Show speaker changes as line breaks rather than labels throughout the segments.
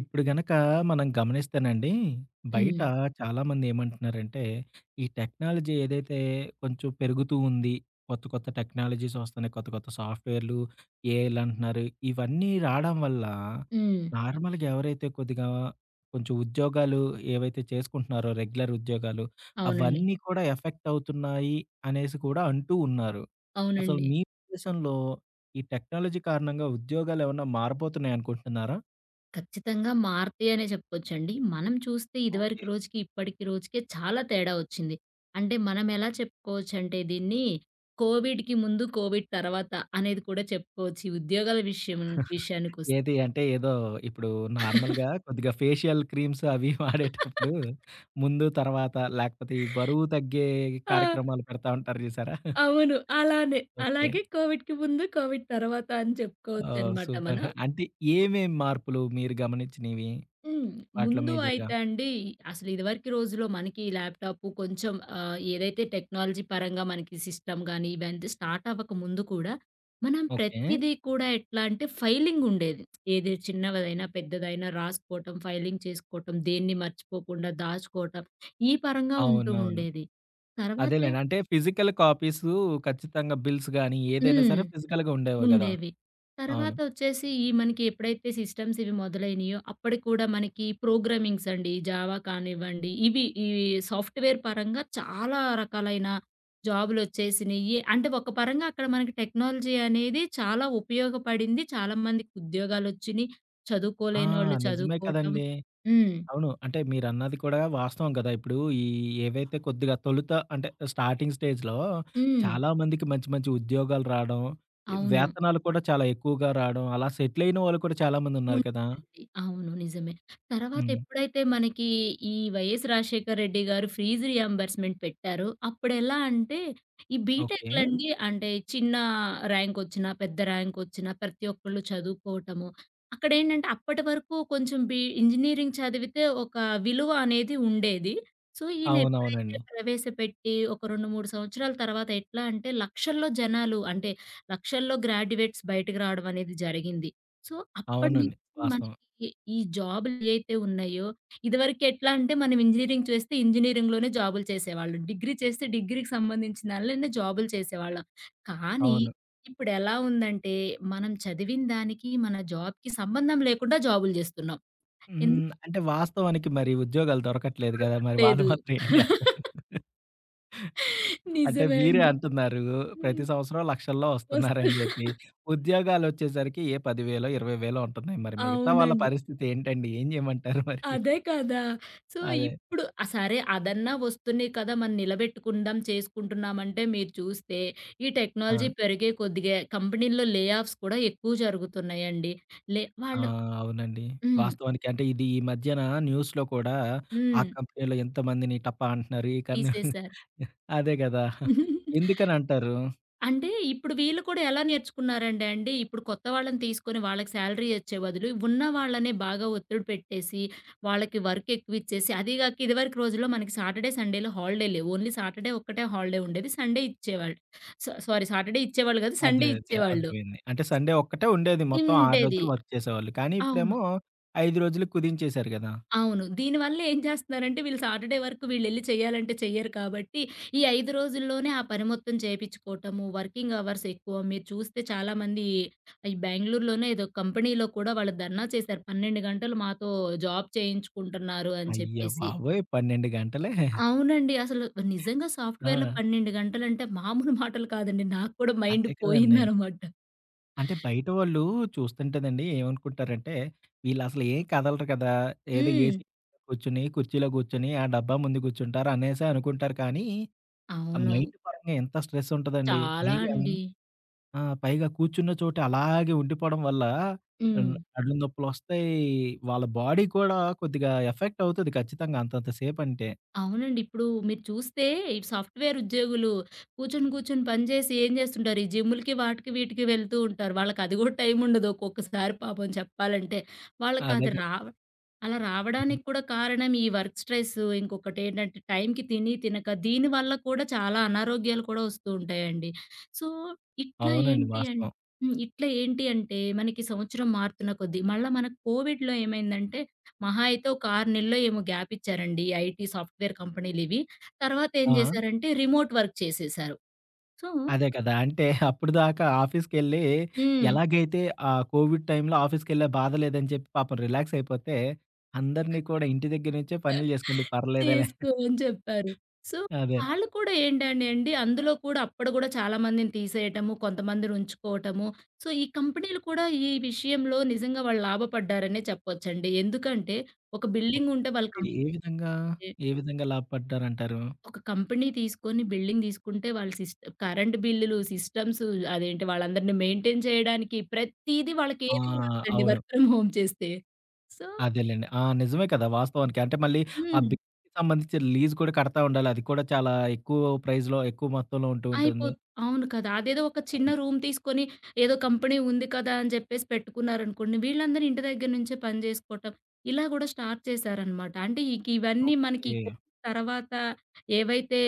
ఇప్పుడు గనక మనం గమనిస్తేనండి, బయట
హ్మ్.
చాలామంది ఏమంటున్నారంటే, ఈ టెక్నాలజీ ఏదైతే కొంచెం పెరుగుతూ ఉంది. కొత్త, కొత్త టెక్నాలజీస్ వస్తున్నాయి. కొత్త, కొత్త సాఫ్ట్‌వేర్‌లు, ఏఐలు అంటున్నారు. ఇవన్నీ రావడం వల్ల
హ్మ్.
నార్మల్‌గా ఎవరైతే కొద్దిగా కొంచెం ఉద్యోగాలు ఏవైతే చేసుకుంటున్నారో రెగ్యులర్ ఉద్యోగాలు,
అవునండి.
అవన్నీ కూడా ఎఫెక్ట్ అవుతున్నాయి అనేసి కూడా అంటూ ఉన్నారు. అసలు
అవునండి.
మీ ఉద్దేశంలో ఈ టెక్నాలజీ కారణంగా ఉద్యోగాలేమన్నా మారబోతున్నాయనుకుంటున్నారా?
ఖచ్చితంగా మారతాయనే చెప్పుకోవచ్చండి. మనం చూస్తే
ఓకే.
ఇదివరకు రోజుకి, ఇప్పటికి రోజుకే చాలా తేడా వచ్చింది. అంటే మనం ఎలా చెప్పుకోవచ్చంటే దీన్ని కోవిడ్‌కి ముందు, కోవిడ్ తర్వాత అనేది కూడా చెప్పుకోవచ్చు. ఈ ఉద్యోగాల విషయానికొస్తే.
ఏది అంటే ఏదో ఇప్పుడు నార్మల్‌గా కొద్దిగా ఫేషియల్ క్రీమ్స్ అవి వాడేటప్పుడు ముందు, తర్వాత లేకపోతే ఈ బరువు తగ్గే
ఆ!
కార్యక్రమాలు పెడతా ఉంటారు చూసారా?
అవును. అలానే.
ఓకే.
అలాగే కోవిడ్‌కి ముందు, కోవిడ్ తర్వాత అని
ఓహ్!
చెప్పుకోవచ్చనమాట
సూపర్.
మనం.
అంటే ఏమేం మార్పులు మీరు గమనించినవి
హ్మ్.
వాటిలో
ముందు
మేజర్‌గా?
అయితే అండి, అసలు ఇదివరకి రోజుల్లో మనకి ల్యాప్‌టాప్ కొంచెం ఏదైతే టెక్నాలజీ పరంగా మనకి సిస్టమ్ గాని, ఇవంతా స్టార్ట్ అవ్వక ముందు కూడా, మనం
ఓకే.
ప్రతీదీ కూడా ఎట్లా అంటే ఫైలింగ్ ఉండేది. ఏది చిన్నదైనా, పెద్దదైనా రాసుకోవటం, ఫైలింగ్ చేసుకోవటం, దేన్ని మర్చిపోకుండా దాచుకోవటం, ఈ పరంగా ఉంటూ
అవునవును.
ఉండేది. తర్వాత
అదేలెండి. అంటే ఫిజికల్ కాపీసు ఖచ్చితంగా బిల్స్ గాని ఏదైనా
హ్మ్.
సరే ఫిజికల్‌గా ఉండేవి గదా!
ఉండేవి.
అవును.
తర్వాత వచ్చేసి ఈ మనకి ఎప్పుడైతే సిస్టమ్స్ ఇవి మొదలైనయో, అప్పటికి కూడా మనకి ప్రోగ్రామింగ్స్ అండి. జావా కానివ్వండి, ఇవి ఈ సాఫ్ట్‌వేర్ పరంగా చాలా రకాలైన జాబులొచ్చేసినియి. అంటే ఒక పరంగా అక్కడ మనకి టెక్నాలజీ అనేది చాలా ఉపయోగపడింది. చాలా మందికి ఉద్యోగాలొచ్చినియి.
ఆ!
చదువుకోలేనోళ్ళు
నిజమే
చదువుకోవటం.
కదండీ!
హ్మ్.
అవును. అంటే మీరన్నది కూడా వాస్తవం కదా! ఇప్పుడు ఈ ఏవైతే కొద్దిగా తొలుత అంటే స్టార్టింగ్ స్టేజ్‌లో
హ్మ్.
చాలామందికి మంచి మంచి ఉద్యోగాలు రావడం, ఈ
అవును.
వేతనాలు కూడా చాలా ఎక్కువగా రావడం, అలా సెటిల్ అయిన వాళ్ళు కూడా చాలామంది ఉన్నారు కదా!
ఉంటారండి. అవును. నిజమే. తర్వాత
హ్మ్.
ఎప్పుడైతే మనకి ఈ వైఎస్ రాజశేఖర రెడ్డి గారు ఫీజ్ రియంబర్స్‌మెంట్ పెట్టారో, అప్పుడెలా అంటే ఈ
ఓకే.
బీటెక్‌లండి అంటే చిన్న ర్యాంక్ వచ్చినా, పెద్ద ర్యాంక్ వచ్చినా ప్రతి ఒక్కళ్ళు చదువుకోవటము. అక్కడేంటంటే అప్పటి వరకు కొంచెం బి ఇంజినీరింగ్ చదివితే ఒక విలువ అనేది ఉండేది. సో, ఈయన ఎప్పుడైతే
అవునవునండి.
ప్రవేశపెట్టి ఒక 2, 3 సంవత్సరాల తర్వాత ఎట్లా అంటే లక్షల్లో జనాలు అంటే లక్షల్లో గ్రాడ్యుయేట్స్ బయటకు రావడం అనేది జరిగింది. సో, అప్పటి
అవునండి. వాస్తవం.
మనకి ఈ జాబులు ఏవైతే ఉన్నాయో, ఇదివరకు ఎట్లా అంటే మనం ఇంజినీరింగ్ చేస్తే ఇంజినీరింగ్‌లోనే జాబులు చేసేవాళ్ళం. డిగ్రీ చేస్తే డిగ్రీకి సంబంధించిన దానిలోనే జాబులు చేసేవాళ్ళం. కానీ
అవును.
ఇప్పుడెలా ఉందంటే, మనం చదివిన దానికి, మన జాబ్‌కి సంబంధం లేకుండా జాబులు చేస్తున్నాం. ఎందుకు
హ్మ్. అంటే వాస్తవానికి మరి ఉద్యోగాలు దొరకట్లేదు కదా! మరి వాళ్ళు
లేదు.
మాత్రం ఏం చేస్తారు? అంటే
నిజమే
మీరే
అండి.
అంటున్నారు. ప్రతి
హ్మ్.
సంవత్సరం లక్షల్లో
వస్తు
వస్తున్నారని జెప్పి. ఉద్యోగాలొచ్చేసరికి ఏ 10,000 20,000 ఉంటున్నాయి. మరి మిగతా వాళ్ళ
అవునండి.
పరిస్థితి ఏంటండి? ఏం జేయమంటారు మరి?
అదే కదా! సో,
అదే.
ఇప్పుడు ఆ! సరే అదన్నా వస్తున్నాయి కదా! మనం నిలబెట్టుకుందాం చేసుకుంటున్నామంటే మీరు చూస్తే ఈ
ఆ!
టెక్నాలజీ పెరిగే కొద్దిగా కంపెనీల్లో లే ఆఫ్స్ కూడా ఎక్కువ జరుగుతున్నాయండి. లే
ఆ!
వాళ్ళు
అవునండి.
హ్మ్.
వాస్తవానికి అంటే ఇది ఈ మధ్యన న్యూస్‌లో కూడా ఆ
హ్మ్.
కంపెనీలో ఎంతమందిని టపా అంటున్నారు. ఈ కన్
తీసేశారు.
అదే గదా! ఎందుకనంటారు?
అంటే ఇప్పుడు వీళ్ళు కూడా ఎలా నేర్చుకున్నారంటే అండి, ఇప్పుడు కొత్త వాళ్ళని తీసుకొని వాళ్ళకి సాలరీ ఇచ్చే బదులు, ఉన్న వాళ్ళనే బాగా ఒత్తిడి పెట్టేసి, వాళ్ళకి వర్క్ ఎక్కువిచ్చేసి, అదీగాక ఇదివరకు రోజుల్లో మనకి సాటర్‌డే, సండే‌లు హాలిడే లేవు. ఓన్లీ సాటర్‌డే ఒక్కటే హాలిడే ఉండేది. సండే ఇచ్చేవాళ్ళు. స సారీ సాటర్‌డే ఇచ్చేవాళ్ళు కాదు.
అదే.
సండే
అదే.
ఇచ్చేవాళ్ళు.
అర్థమైంది. అంటే సండే ఒక్కటే ఉండేది. మొత్తం 6
ఉండేది.
రోజులు వర్క్ చేసేవాళ్ళు. కానీ
అవును.
ఇప్పుడేమో 5 రోజులు కుదించేశారు గదా!
అవును. దీనివల్ల ఏం చేస్తున్నారంటే వీళ్ళు సాటర్‌డే వరకు వీళ్ళెళ్లి చేయాలంటే చెయ్యరు కాబట్టి, ఈ 5 రోజుల్లోనే ఆ పని మొత్తం చేపిచ్చుకోవటము, వర్కింగ్ అవర్స్ ఎక్కువ. మీరు చూస్తే చాలామంది ఈ బెంగుళూరులోనే ఏదో కంపెనీలో కూడా వాళ్ళు ధర్నా చేశారు. 12 గంటలు మాతో జాబ్ చేయించుకుంటున్నారు అని
అయ్య
చెప్పేసి.
బాబోయ్! 12 గంటలే.
అవునండి. అసలు నిజంగా సాఫ్ట్‌వేర్‌లో
ఆ!
12 గంటలంటే మామూలు మాటలు కాదండి. నాకు కూడా మైండ్
అదే కదండీ.
పోయిందనమాట.
అంటే బయట వాళ్ళు చూస్తుంటేనండి ఏమనుకుంటారంటే, వీళ్ళసలు ఏం కదలరు కదా! ఏదో
హ్మ్.
ఏసీ కూర్చొని, కుర్చీలో కూర్చొని, ఆ డబ్బా ముందు కూర్చుంటారు అనేసి అనుకుంటారు కానీ, ఆ
అవును.
మైండ్ పరంగా ఎంత స్ట్రెస్ ఉంటదండి.
చాలా
పైగా
అండి.
ఆ! పైగా కూర్చున్న చోట అలాగే ఉండిపోవడం వల్ల ఆహ్,
హ్మ్.
నడుము నొప్పులొస్తాయి. వాళ్ళ బాడీ కూడా కొద్దిగా ఎఫెక్ట్ అవుతది ఖచ్చితంగా అంతంత సేపంటే.
అవునండి. ఇప్పుడు మీరు చూస్తే ఇటు సాఫ్ట్‌వేర్ ఉద్యోగులు కూర్చొని పని చేసి ఏం చేస్తుంటారు? ఈ జిమ్ములకి వాటికి వీటికి వెళ్తూ ఉంటారు. వాళ్ళకది కూడా టైం ఉండదు ఒక్కొక్కసారి పాపం చెప్పాలంటే.
అదే
వాళ్ళకది రావ అలా
కదండీ.
రావడానికి కూడా కారణం ఈ వర్క్ స్ట్రెస్సు, ఇంకొకటేంటంటే టైంకి తిని, తినక దీని వల్ల కూడా చాలా అనారోగ్యాలు కూడా వస్తూ ఉంటాయండి. సో, ఇట్లా
అవునండి
ఏంటి అన్
వాస్తవం.
హ్మ్. ఇట్లా ఏంటి అంటే మనకి సంవత్సరం మారుతున్న కొద్దీ మళ్ళా మనకు కోవిడ్‌లో ఏమైందంటే మహా అయితే ఒక 6 నెల్లో ఏమో గ్యాప్ ఇచ్చారండి. ఐటీ సాఫ్ట్‌వేర్ కంపెనీలివి. తర్వాత ఏం
ఆ!
జేశారంటే రిమోట్ వర్క్ చేసేశారు. సో
అదే కదా! అంటే అప్పటిదాకా ఆఫీస్‌కెళ్ళి
హ్మ్.
ఎలాగైతే ఆ కోవిడ్ టైంలో ఆఫీస్‌కెళ్ళే బాధ లేదని చెప్పి పాపం రిలాక్స్ అయిపోతే, అందరిని కూడా ఇంటి దగ్గర నుంచే పనులు చేసుకోండి పర్లేదులే.
చేసుకో అని చెప్పారు. సో
అదే.
వాళ్ళు కూడా ఏంటంటే అండి, అందులో కూడా అప్పుడు గూడా చాలా మందిని తీసేయటము, కొంతమందిని ఉంచుకోవటము. సో ఈ కంపెనీలు కూడా ఈ విషయంలో నిజంగా వాళ్ళు లాభపడ్డారనే చెప్పొచ్చండి. ఎందుకంటే ఒక
ఓకే.
బిల్డింగుంటే వాళ్ళు కంపెనీ
ఏ విధంగా, ఏ విధంగా లాభపడ్డారంటారు?
ఒక కంపెనీ తీసుకొని బిల్డింగ్ తీసుకుంటే వాళ్ళ సిస్ కరెంట్ బిల్లులు, సిస్టమ్స్ అదేంటి వాళ్ళందరిని మెయింటైన్ చేయడానికి ప్రతీదీ
ఆ!
వాళ్ళకేది ఉండదండి
అవును.
వర్క్ ఫ్రమ్ హోమ్ చేస్తే. సో
అదేలెండి. ఆ! నిజమే కదా! వాస్తవానికి. అంటే మళ్ళీ ఆ
హ్మ్.
బిల్డింగ్‌కి సంబంధించిన లీజ్ కూడా కడతా ఉండాలి. అది కూడా చాలా ఎక్కువ ప్రైస్‌లో, ఎక్కువ మొత్తంలో ఉంటూ ఉంటుంది.
అయిపోత్ అవును కదా! అదేదో ఒక చిన్న
అవును.
రూమ్ తీసుకొని ఏదో కంపెనీ ఉంది కదా! అని చెప్పేసి పెట్టుకున్నారనుకోండి. వీళ్ళందరూ ఇంటి దగ్గర నుంచే పని జేసుకోవటం. ఇలా గూడా స్టార్ట్ చేశారనమాట. అంటే ఇక ఇవన్నీ మనకి
ఓకే.
కోవిడ్ తర్వాత ఏవైతే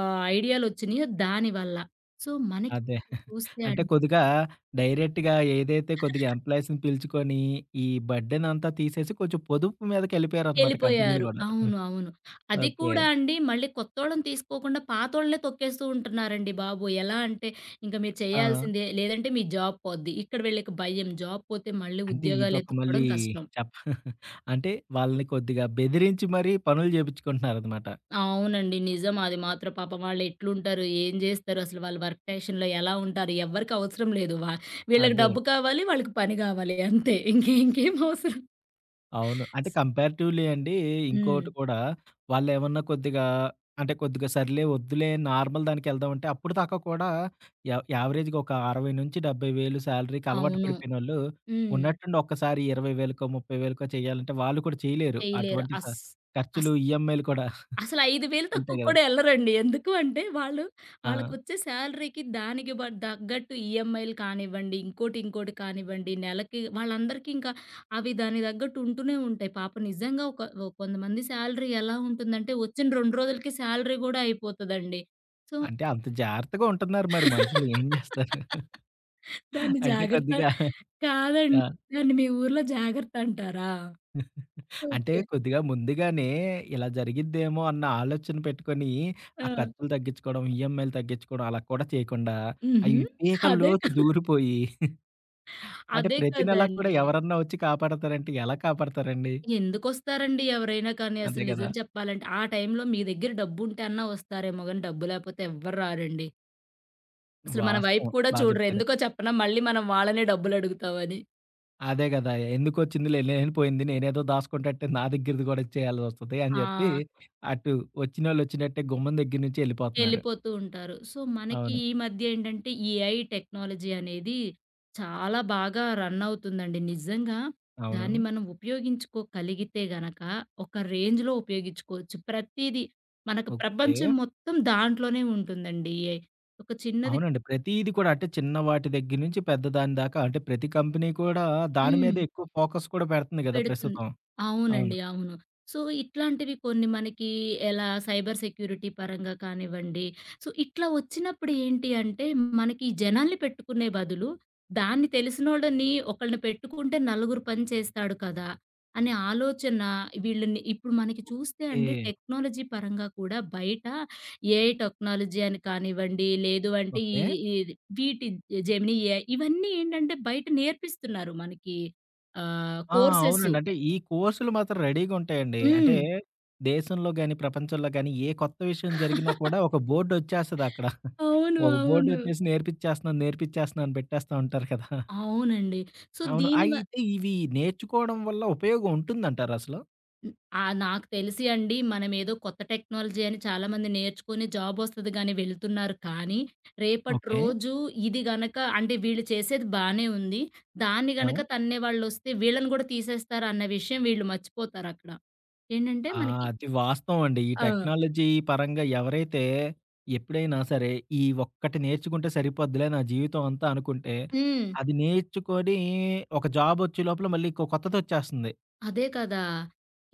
ఐడియాలొచ్చినాయో దానివల్ల. సో మనకి
అదే.
చూస్తే
అంటే కొద్దిగా డైరెక్ట్‌గా ఏదైతే కొద్దిగా
అండి
ఎంప్లాయీస్‌ని పిలుచుకొని, ఈ బర్డెన్ అంతా తీసేసి కొంచెం పొదుపు మీదకెళ్ళిపోయారనమాట కంపెనీలు
ఎళ్ళిపోయారు.
గూడా.
అవును. అవును. అది
ఓకే.
కూడా అండి మళ్ళీ కొత్తోళ్ళని తీసుకోకుండా పాతోళ్ళనే తొక్కేస్తూ ఉంటున్నారండి బాబు. ఎలా అంటే ఇంక మీరు
ఆ!
చేయాల్సిందే లేదంటే మీ జాబ్ పోద్ది. ఇక్కడ వీళ్ళకి భయం జాబ్ పోతే మళ్ళీ
అంటే
ఉద్యోగాలు
ఇదొక మళ్ళీ
ఎతుక్కోవడం కష్టం.
చెప్ప అంటే వాళ్ళని కొద్దిగా బెదిరించి మరీ పనులు జేపించుకుంటున్నారనమాట.
అవునండి. నిజం. అది మాత్రం పాపం వాళ్ళు ఎట్లుంటారు? ఏం జేస్తారు? అసలు వాళ్ళ వర్క్ టెన్షన్‌లో ఎలా ఉంటారు? ఎవ్వరికి అవసరం లేదు. వీళ్ళకి
అదే.
డబ్బు కావాలి. వాళ్ళకి పని గావాలి అంతే. ఇంకేం అవసరం.
అవును. అంటే కంపారిటివ్‌లీ అండి
హ్మ్.
ఇంకోటి కూడా వాళ్ళేమన్నా కొద్దిగా అంటే కొద్దిగా సర్లే వద్దులే నార్మల్ దానికెళ్దామంటే అప్పటిదాకా కూడా యావరేజ్‌గా ఒక 60,000-70,000 శాలరీకి అలవాటు
అవును.
పడిపోయినోళ్ళు
హ్మ్.
ఉన్నట్టుండి ఒక్కసారి 20,000కో, 30,000కో చేయాలంటే వాళ్ళు కూడా చేయలేరు.
చేయలేరు.
అటువంటి స
అస్
ఖర్చులు,
అస్
ఈఎంఐలు కూడా
అసలు 5,000 తక్కువ
ఉంటాయి గదా!
కూడా ఎళ్ళరండి. ఎందుకు అంటే వాళ్ళు
ఆ!
వాళ్ళకొచ్చే శాలరీకి దానికి బ దగ్గట్టు ఈఎంఐలు కానివ్వండి, ఇంకోటి ఇంకోటి కానివ్వండి, నెలకి వాళ్ళందరికీ ఇంకా అవి దాని దగ్గట్టు ఉంటూనే ఉంటాయి. పాపం నిజంగా ఒక ఒ కొంతమంది శాలరీ ఎలా ఉంటుందంటే వచ్చిన 2 రోజులకి శాలరీ గూడా అయిపోతదండి. సో
అంటే అంత జాగ్రత్తగా ఉంటున్నారు మరి మనుషులు ఏం జేస్తారు?
దాన్ని
అంటే
జాగ్రత్త
కొద్దిగా
కాదండి.
ఆ!
దాన్ని మీ ఊర్లో జాగర్తంటారా?
అంటే
ఓకే.
కొద్దిగా ముందుగానే ఇలా జరిగిద్దేమో అన్న ఆలోచన పెట్టుకొని, ఆ
ఆ!
ఖర్చులు తగ్గించుకోవడం, ఈఎంఐలు తగ్గించుకోవడం అలా కూడా చేయకుండా,
హుహు.
అవి పీకల
అదే క
లోతు దూరిపోయి అంటే
అదే
ప్రతి నెలా కూడా
కదండీ!
ఎవరన్నా వచ్చి కాపాడతారంటే ఎలా కాపాడతారండి?
ఎందుకొస్తారండి ఎవరైనా కానీ
అదే
అసలు
కదా!
నిజం చెప్పాలంటే. ఆ టైంలో మీ దగ్గర డబ్బుంటే అన్నా వస్తారేమో గానీ, డబ్బు లేపోతే ఎవ్వరు రారండి. అసలు మన వైపు
వాస్తవం.
కూడా
బా
చూడరు.
చెప్పారు.
ఎందుకో చెప్పనా? మళ్ళీ మనం వాళ్ళనే డబ్బులడుగుతామని.
అదే కదా! ఎందుకొచ్చిందిలే లేనిపోయింది నేనేదో దాసుకుంటట్టే నా దగ్గరది కూడా ఇచ్చేయాల్సి వస్తది అని చెప్పి,
ఆ!
అటు వచ్చినోళ్ళు వచ్చినట్టే గుమ్మం దగ్గర నుంచి ఎళ్ళిపోతున్నారు.
ఎళ్ళిపోతూ ఉంటారు. సో, మనకి
అవును.
ఈ మధ్య ఏంటంటే, ఈ ఏఐ టెక్నాలజీ అనేది చాలా బాగా రన్ అవుతుందండి. నిజంగా
అవును.
దాన్ని మనం ఉపయోగించుకోగలిగితే గనక, ఒక రేంజ్‌లో ఉపయోగించుకోవచ్చు. ప్రతీదీ మనకు
ఓకే.
ప్రపంచం మొత్తం దాంట్లోనే ఉంటుందండి ఏఐ. ఒక చిన్నది
అవునండి. ప్రతీది కూడా అంటే చిన్న వాటి దగ్గర నుంచి పెద్ద దాని దాకా అంటే ప్రతి కంపెనీ కూడా దాని
హ్మ్.
మీదే ఎక్కువ ఫోకస్ కూడా పెడుతుంది గదా!
పెడుతుంది.
ప్రస్తుతం. అవును.
అవునండి. అవును. సో, ఇట్లాంటివి కొన్ని మనకి ఎలా సైబర్ సెక్యూరిటీ పరంగా కానివ్వండి, సో, ఇట్లా వచ్చినప్పుడు ఏంటి అంటే, మనకి జనాల్ని పెట్టుకునే బదులు, దాన్ని తెలిసినోళ్ళని ఒకళ్ళని పెట్టుకుంటే నలుగురు పని చేస్తాడు కదా! అనే ఆలోచన వీళ్ళని ఇప్పుడు మనకి చూస్తే అండి
ఓకే.
టెక్నాలజీ పరంగా కూడా బయట ఏఐ టెక్నాలజీ అని కానివ్వండి, లేదు అంటే ఈ
ఓకే.
ఇది వీటి జెమినీ ఏఐ ఇవన్నీ ఏంటంటే బయట నేర్పిస్తున్నారు మనకి
ఆ!
కోర్సెస్.
అవునండి. అంటే ఈ కోర్సులు మాత్రం రెడీగా ఉంటాయండి. అంటే
హ్మ్.
దేశంలో గాని, ప్రపంచంలో గాని ఏ కొత్త విషయం జరిగినా కూడా ఒక బోర్డ్ వచ్చేస్తదక్కడ.
అవును.
ఒక బోర్డ్
అవును.
వచ్చేసి నేర్పిచ్చేస్తున్నాను, నేర్పిచ్చేస్తున్నాను అని పెట్టేస్తా ఉంటారు కదా!
అవునండి. సో,
అవును.
దీని వ
అయితే ఇవి నేర్చుకోవడం వల్ల ఉపయోగం ఉంటుందంటారా అసలు?
నాకు తెలిసి అండి మనమేదో కొత్త టెక్నాలజీ అని చాలామంది నేర్చుకొని జాబొస్తది గాని వెళ్తున్నారు కానీ, రేపటి
ఓకే.
రోజు ఇది గనక అంటే వీళ్ళు చేసేది బానే ఉంది. దాన్ని
ఆ!
గనక తన్నే వాళ్ళొస్తే వీళ్ళని గూడా తీసేస్తారన్న విషయం వీళ్ళు మర్చిపోతారక్కడ. ఏంటంటే
ఆ!
మనకి
అది వాస్తవం అండి. ఈ
ఆ!
టెక్నాలజీ పరంగా ఎవరైతే ఎప్పుడైనా సరే, ఈ ఒక్కటి నేర్చుకుంటే సరిపోద్దిలే నా జీవితం అంతా అనుకుంటే,
హ్మ్.
అది నేర్చుకొని ఒక జాబ్ వచ్చే లోపల మళ్ళీ ఇంకో కొత్తదొచ్చేస్తుంది.
అదే కదా!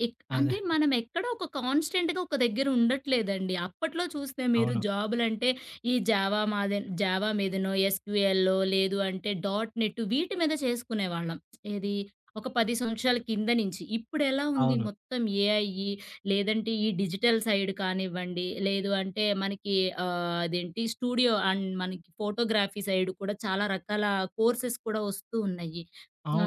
అదే.
అంటే మనం ఎక్కడో ఒక కాన్‌స్టెంట్‌గా ఒక దగ్గర ఉండట్లేదండి. అప్పట్లో చూస్తే మీరు
అవును.
జాబులంటే ఈ జావా మాదే జావా మీదనో, ఎస్‌క్యూఎల్లో లేదు అంటే డాట్ నెట్ వీటి మీద చేసుకునేవాళ్ళం. ఏది ఒక 10 సంవత్సరాల కింద నుంచి. ఇప్పుడెలా ఉంది
అవును.
మొత్తం ఏఐ లేదంటే ఈ డిజిటల్ సైడ్ కానివ్వండి, లేదు అంటే మనకి అదేంటి స్టూడియో అండ్ మనకి ఫోటోగ్రఫీ సైడ్ కూడా చాలా రకాల కోర్సెస్ కూడా వస్తూ ఉన్నాయి.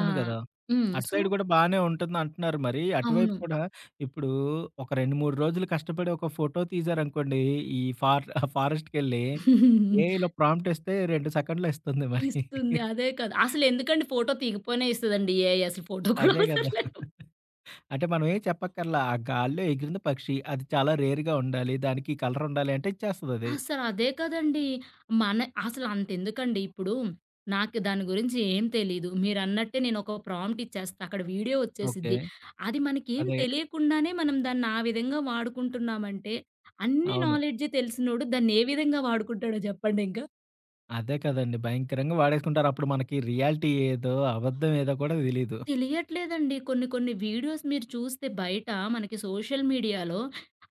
ఆ!
గదా!
హ్మ్.
అటు
సో
సైడ్ గూడా బానే ఉంటుంది అంటున్నారు మరి. అటువైపు
అవును.
కూడా ఇప్పుడు ఒక 2, 3 రోజులు కష్టపడి ఒక ఫోటో తీశారనుకోండి, ఈ ఫార్ ఫారెస్ట్‌కెళ్ళి ఏఐలో ప్రాంప్ట్ ఇస్తే 2 సెకండ్‌లో ఇస్తుంది మరి.
ఇస్తుంది. అదే కదా! అసలెందుకండి ఫోటో తీయకపోయినా ఇస్తదండి ఏఐ. అసలు ఫోటో కూడా
అదే
అవసరం
గదా!
లేదు.
అంటే మనం ఏం చెప్పక్కర్లా. ఆ గాల్లో ఎగిరిన పక్షి. అది చాలా రేర్‌గా ఉండాలి. దానికి కలర్ ఉండాలి అంటే ఇచ్చేస్తదది.
అసలదే కదండీ! మన అసలంతెందుకండి ఇప్పుడు నాకు దాని గురించి ఏం తెలీదు. మీరన్నట్టే నేనొక ప్రాంప్ట్ ఇచ్చేస్తా. అక్కడ వీడియో
ఓకే.
వచ్చేసిద్ది. అది మనకేం
అదే.
తెలియకుండానే మనం దాన్ని ఆ విధంగా వాడుకుంటున్నామంటే, అన్ని
అవును.
నాలెడ్జ్ తెలిసినోడు దాన్ని ఏ విధంగా వాడుకుంటాడో చెప్పండింక.
అదే కదండీ. భయంకరంగా వాడేసుకుంటారు. అప్పుడు మనకి రియాలిటీ ఏదో, అబద్ధం ఏదో కూడా తెలీదు.
తెలియట్లేదండి. కొన్ని కొన్ని వీడియోస్ మీరు చూస్తే బయట మనకి సోషల్ మీడియాలో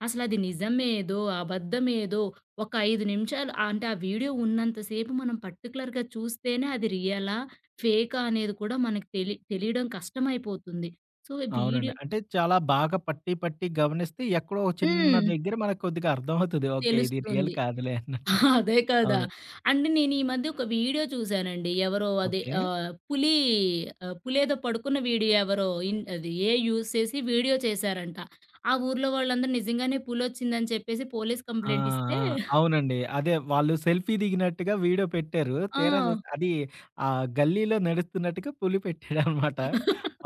అసలది నిజమేదో, అబద్ధమేదో ఒక 5 నిమిషాలు అంటే ఆ వీడియో ఉన్నంత సేపు మనం పర్టిక్యులర్‌గా చూస్తేనే అది రియలా? ఫేకా? అనేది కూడా మనకు తెలియడం కష్టమైపోతుంది. సో,
అవునండి.
వీడియో
అంటే చాలా బాగా పట్టి, పట్టి గమనిస్తే ఎక్కడో ఒక చిన్న
హ్మ్.
దగ్గర మనకు కొద్దిగా అర్థమవుతది. ఓకే. ఇది రియల్
తెలుస్తుంది.
కాదులే అన్నట్టు.
ఆహా! అదే కదా!
అవును.
అంటే నేను ఈ మధ్య ఒక వీడియో చూసానండి. ఎవరో అదే
ఓకే.
ఆహ్, పులి ఆహ్, పులేదో పడుకున్న వీడియో ఎవరో ఇన్ అది ఏఐ యూజ్ చేసి వీడియో చేశారంట. ఆ ఊర్లో వాళ్ళందరూ నిజంగానే పులొచ్చిందని చెప్పేసి పోలీస్
ఆ!
కంప్లెయింట్ ఇస్తే
ఆ! అవునండి. అదే వాళ్ళు సెల్ఫీ దిగినట్టుగా వీడియో పెట్టారు.
ఆ!
తీరా చూస్తే అది ఆ గల్లీలో నడుస్తున్నట్టుగా పులి పెట్టాడనమాట.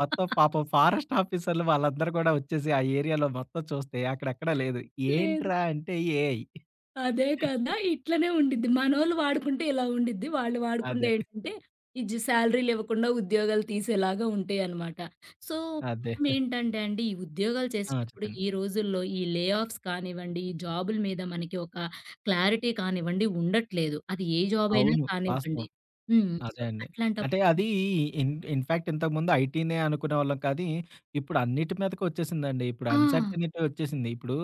మొత్తం పాపం ఫారెస్ట్ ఆఫీసర్‌లు వాళ్ళందరూ కూడా వచ్చేసి ఆ ఏరియాలో మొత్తం చూస్తే అక్కడెక్కడా లేదు.
లేదు.
ఏంట్రా అంటే ఏఐ.
అదే కదా! ఇట్లనే ఉండిద్ది. మనోళ్ళు వాడుకుంటే ఇలా ఉండిద్ది. వాళ్ళు వాడుకుంటే
అదే.
ఏంటంటే, ఇది శాలరీలివ్వకుండా ఉద్యోగాలు తీసేలాగా ఉంటాయనమాట. సో,
అదే.
మనమేంటంటే అండి, ఈ ఉద్యోగాలు
ఆ!
చేసేటప్పుడు
చెప్పండి.
ఈ రోజుల్లో ఈ లే ఆఫ్స్ కానివ్వండి, ఈ జాబుల మీద మనకి ఒక క్లారిటీ కానివ్వండి ఉండట్లేదు. అది ఏ జాబ్ అయినా
అవును. వాస్తవం.
కానివ్వండి. సో,
అదే అండి.
అట్లాంటప్పుడు
అంటే అది ఇన్‌ఫాక్ట్ ఇంతకుముందు ఐటీనే అనుకునేవాళ్ళం కానీ, ఇప్పుడు అన్నిటి మీదకి వచ్చేసిందండి. ఇప్పుడు
ఆ!
అన్‌సర్టెనిటీ వచ్చేసింది. ఇప్పుడు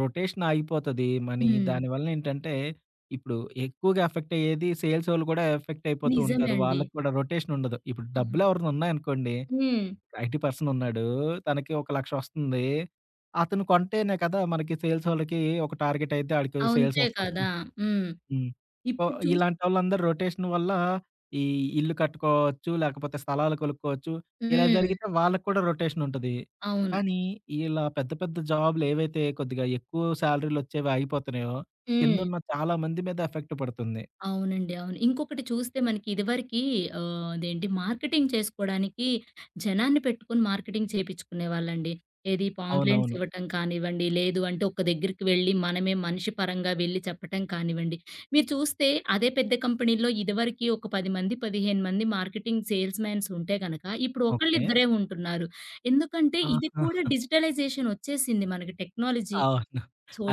రొటేషన్ ఆగిపోతది. మనీ
హ్మ్.
దానివల్ల ఏంటంటే, ఇప్పుడు ఎక్కువగా ఎఫెక్ట్ అయ్యేది సేల్సోళ్ళు కూడా ఎఫెక్ట్ అయిపోతూ
నిజమే
ఉంటారు.
అండి.
వాళ్ళకి కూడా రొటేషన్ ఉండదు. ఇప్పుడు
అవును.
డబ్బులు ఎవరైనా ఉన్నాయనుకోండి,
హ్మ్.
ఐటీ పర్సన్ ఉన్నాడు. తనకి ఒక 1,00,000 వస్తుంది. అతను కొంటేనే కదా! మనకి సేల్సోళ్ళకి ఒక టార్గెట్ అయితే ఆడికి సేల్స్
అంతే
వస్తది.
కదా! హ్మ్.
హ్మ్. సో,
ఇప్పుడు చూస్
ఇలాంటోళ్ళందరూ రొటేషన్ వల్ల ఈ ఇల్లు కట్టుకోవచ్చు, లేకపోతే స్థలాలు కొనుక్కోవచ్చు. ఇలా
హ్మ్.
జరిగితే వాళ్ళకి కూడా రొటేషన్ ఉంటది.
అవును.
కానీ ఇలా పెద్ద పెద్ద జాబ్‌లు ఏవైతే కొద్దిగా ఎక్కువ సాలరీలొచ్చేవి ఆగిపోతున్నాయో,
హ్మ్.
కిందున్న చాలా మంది మీద ఎఫెక్ట్ పడుతుంది.
అవునండి. అవును. ఇంకొకటి చూస్తే మనకి ఇదివరకి అదేంటి మార్కెటింగ్ చేసుకోడానికి జనాన్ని పెట్టుకొని మార్కెటింగ్ చేపిచ్చుకునేవాళ్ళండి. ఏది పాంప్లెంట్స్
అవునవును.
ఇవ్వటం కానివ్వండి, లేదు అంటే ఒక దగ్గరికి వెళ్లి మనమే మనిషి పరంగా వెళ్లి చెప్పటం కానివ్వండి. మీరు చూస్తే అదే పెద్ద కంపెనీలో ఇదివరకి ఒక 10 మంది, 15 మంది మార్కెటింగ్ సేల్స్ మాన్స్ ఉంటే గనక ఇప్పుడు
ఓకే.
ఒకళ్ళిద్దరే ఉంటున్నారు. ఎందుకంటే ఇది
ఆహా!
కూడా డిజిటలైజేషన్ వచ్చేసింది మనకి టెక్నాలజీ,
అవును.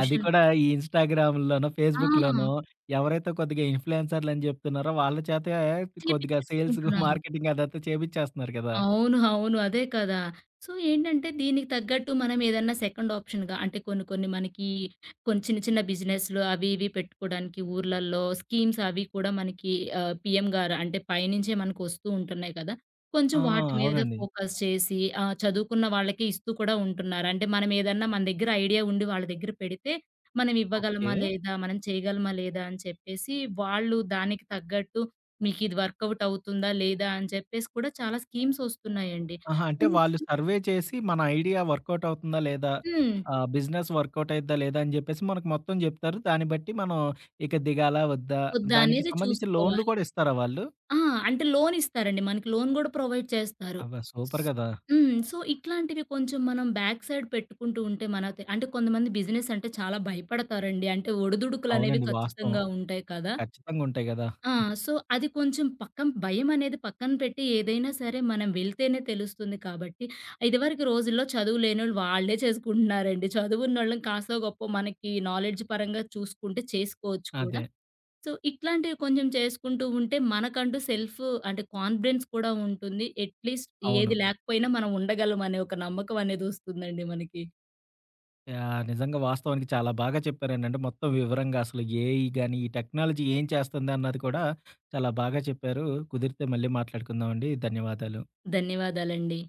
అది కూడా ఈ ఇన్‌స్టాగ్రామ్‌ల్లోనో,
ఆ!
ఫేస్‌బుక్‌లోనో ఎవరైతే కొద్దిగా ఇన్‌ఫ్లుయెన్సర్‌లని జెప్తున్నారో వాళ్ళ చేతే కొద్దిగా సేల్స్,
చేపిచ్చేసుకుంటున్నారు.
మార్కెటింగ్ అదంతా చేపిచ్చేస్తున్నారు కదా!
అవును. అవును. అదే కదా! సో, ఏంటంటే దీనికి తగ్గట్టు మనం ఏదన్నా సెకండ్ ఆప్షన్‌గా అంటే కొన్ని కొన్ని మనకి చిన్న చిన్న బిజినెస్‌లు అవి ఇవి పెట్టుకోవడానికి ఊర్లల్లో స్కీమ్స్ అవి కూడా మనకి పీఎం గారు అంటే పైనుంచే మనకు వస్తూ ఉంటున్నాయి కదా! కొంచెం
ఆ!
వాటి మీద
అవునండి.
ఫోకస్ చేసి చదువుకున్న వాళ్ళకే ఇస్తూ కూడా ఉంటున్నారు. అంటే మనం ఏదన్నా మన దగ్గర ఐడియా ఉండి వాళ్ళ దగ్గర పెడితే మనం
ఓకే.
ఇవ్వగలమా లేదా? మనం చేయగలమా లేదా? అని చెప్పేసి వాళ్ళు దానికి తగ్గట్టు మీకిది వర్కౌట్ అవుతుందా? లేదా? అని చెప్పేసి కూడా చాలా స్కీమ్స్ వస్తున్నాయండి.
ఆహా! అంటే వాళ్ళు
కొంచెం
సర్వే చేసి మన ఐడియా వర్కౌట్ అవుతుందా లేదా?
హ్మ్.
బిజినెస్ వర్కౌట్ అయిద్దా లేదా? అని జెప్పేసి మనకు మొత్తం జెప్తారు. దాన్ని బట్టి మనం ఇక దిగాలా? వద్దా?
వద్దా
దానికి
అనేది
సంబంధించి లోన్‌లు
చూసుకోవాలి.
కూడా ఇస్తారా వాళ్ళు?
ఆ! అంటే లోన్ ఇస్తారండి. మనకి లోన్ గూడా ప్రొవైడ్ చేస్తారు.
అబ్బా! సూపర్ గదా!
సో, ఇట్లాంటివి కొంచెం మనం బ్యాక్ సైడ్ పెట్టుకుంటూ ఉంటే మనతే అంటే కొంతమంది బిజినెస్ అంటే చాలా భయపడతారండి. అంటే ఒడిదుడుకులనేవి
అవునండి. వాస్తవం.
ఖచ్చితంగా ఉంటాయి కదా!
ఖచ్చితంగా ఉంటాయి గదా!
ఆ! సో, అది కొంచెం పక్కన భయమనేది పక్కన పెట్టి ఏదైనా సరే మనం వెళ్తేనే తెలుస్తుంది కాబట్టి, ఇదివరకు రోజుల్లో చదువు లేనోళ్ళు వాళ్ళే చేసుకుంటున్నారండి. చదువున్నోళ్ళని కాస్తో గొప్పో మనకి నాలెడ్జ్ పరంగా చూసుకుంటే చేసుకోవచ్చు
అదే.
కూడా. సో, ఇట్లాంటివి కొంచెం చేసుకుంటూ ఉంటే మనకంటూ అంటే కాన్ఫిడెన్స్ కూడా ఉంటుంది. అట్‌లీస్ట్
అవును.
ఏది లేకపోయినా మనం ఉండగలం అనే ఒక నమ్మకం అనేది వస్తుందండి మనకి.
యాహ్! నిజంగా వాస్తవానికి చాలా బాగా చెప్పారండి. అంటే మొత్తం వివరంగా అసలు ఏఐ గాని, ఈ టెక్నాలజీ ఏం చేస్తుంది అన్నది కూడా చాలా బాగా చెప్పారు. కుదిరితే మళ్ళీ మాట్లాడుకుందామండి. ధన్యవాదాలు.
ధన్యవాదాలండి.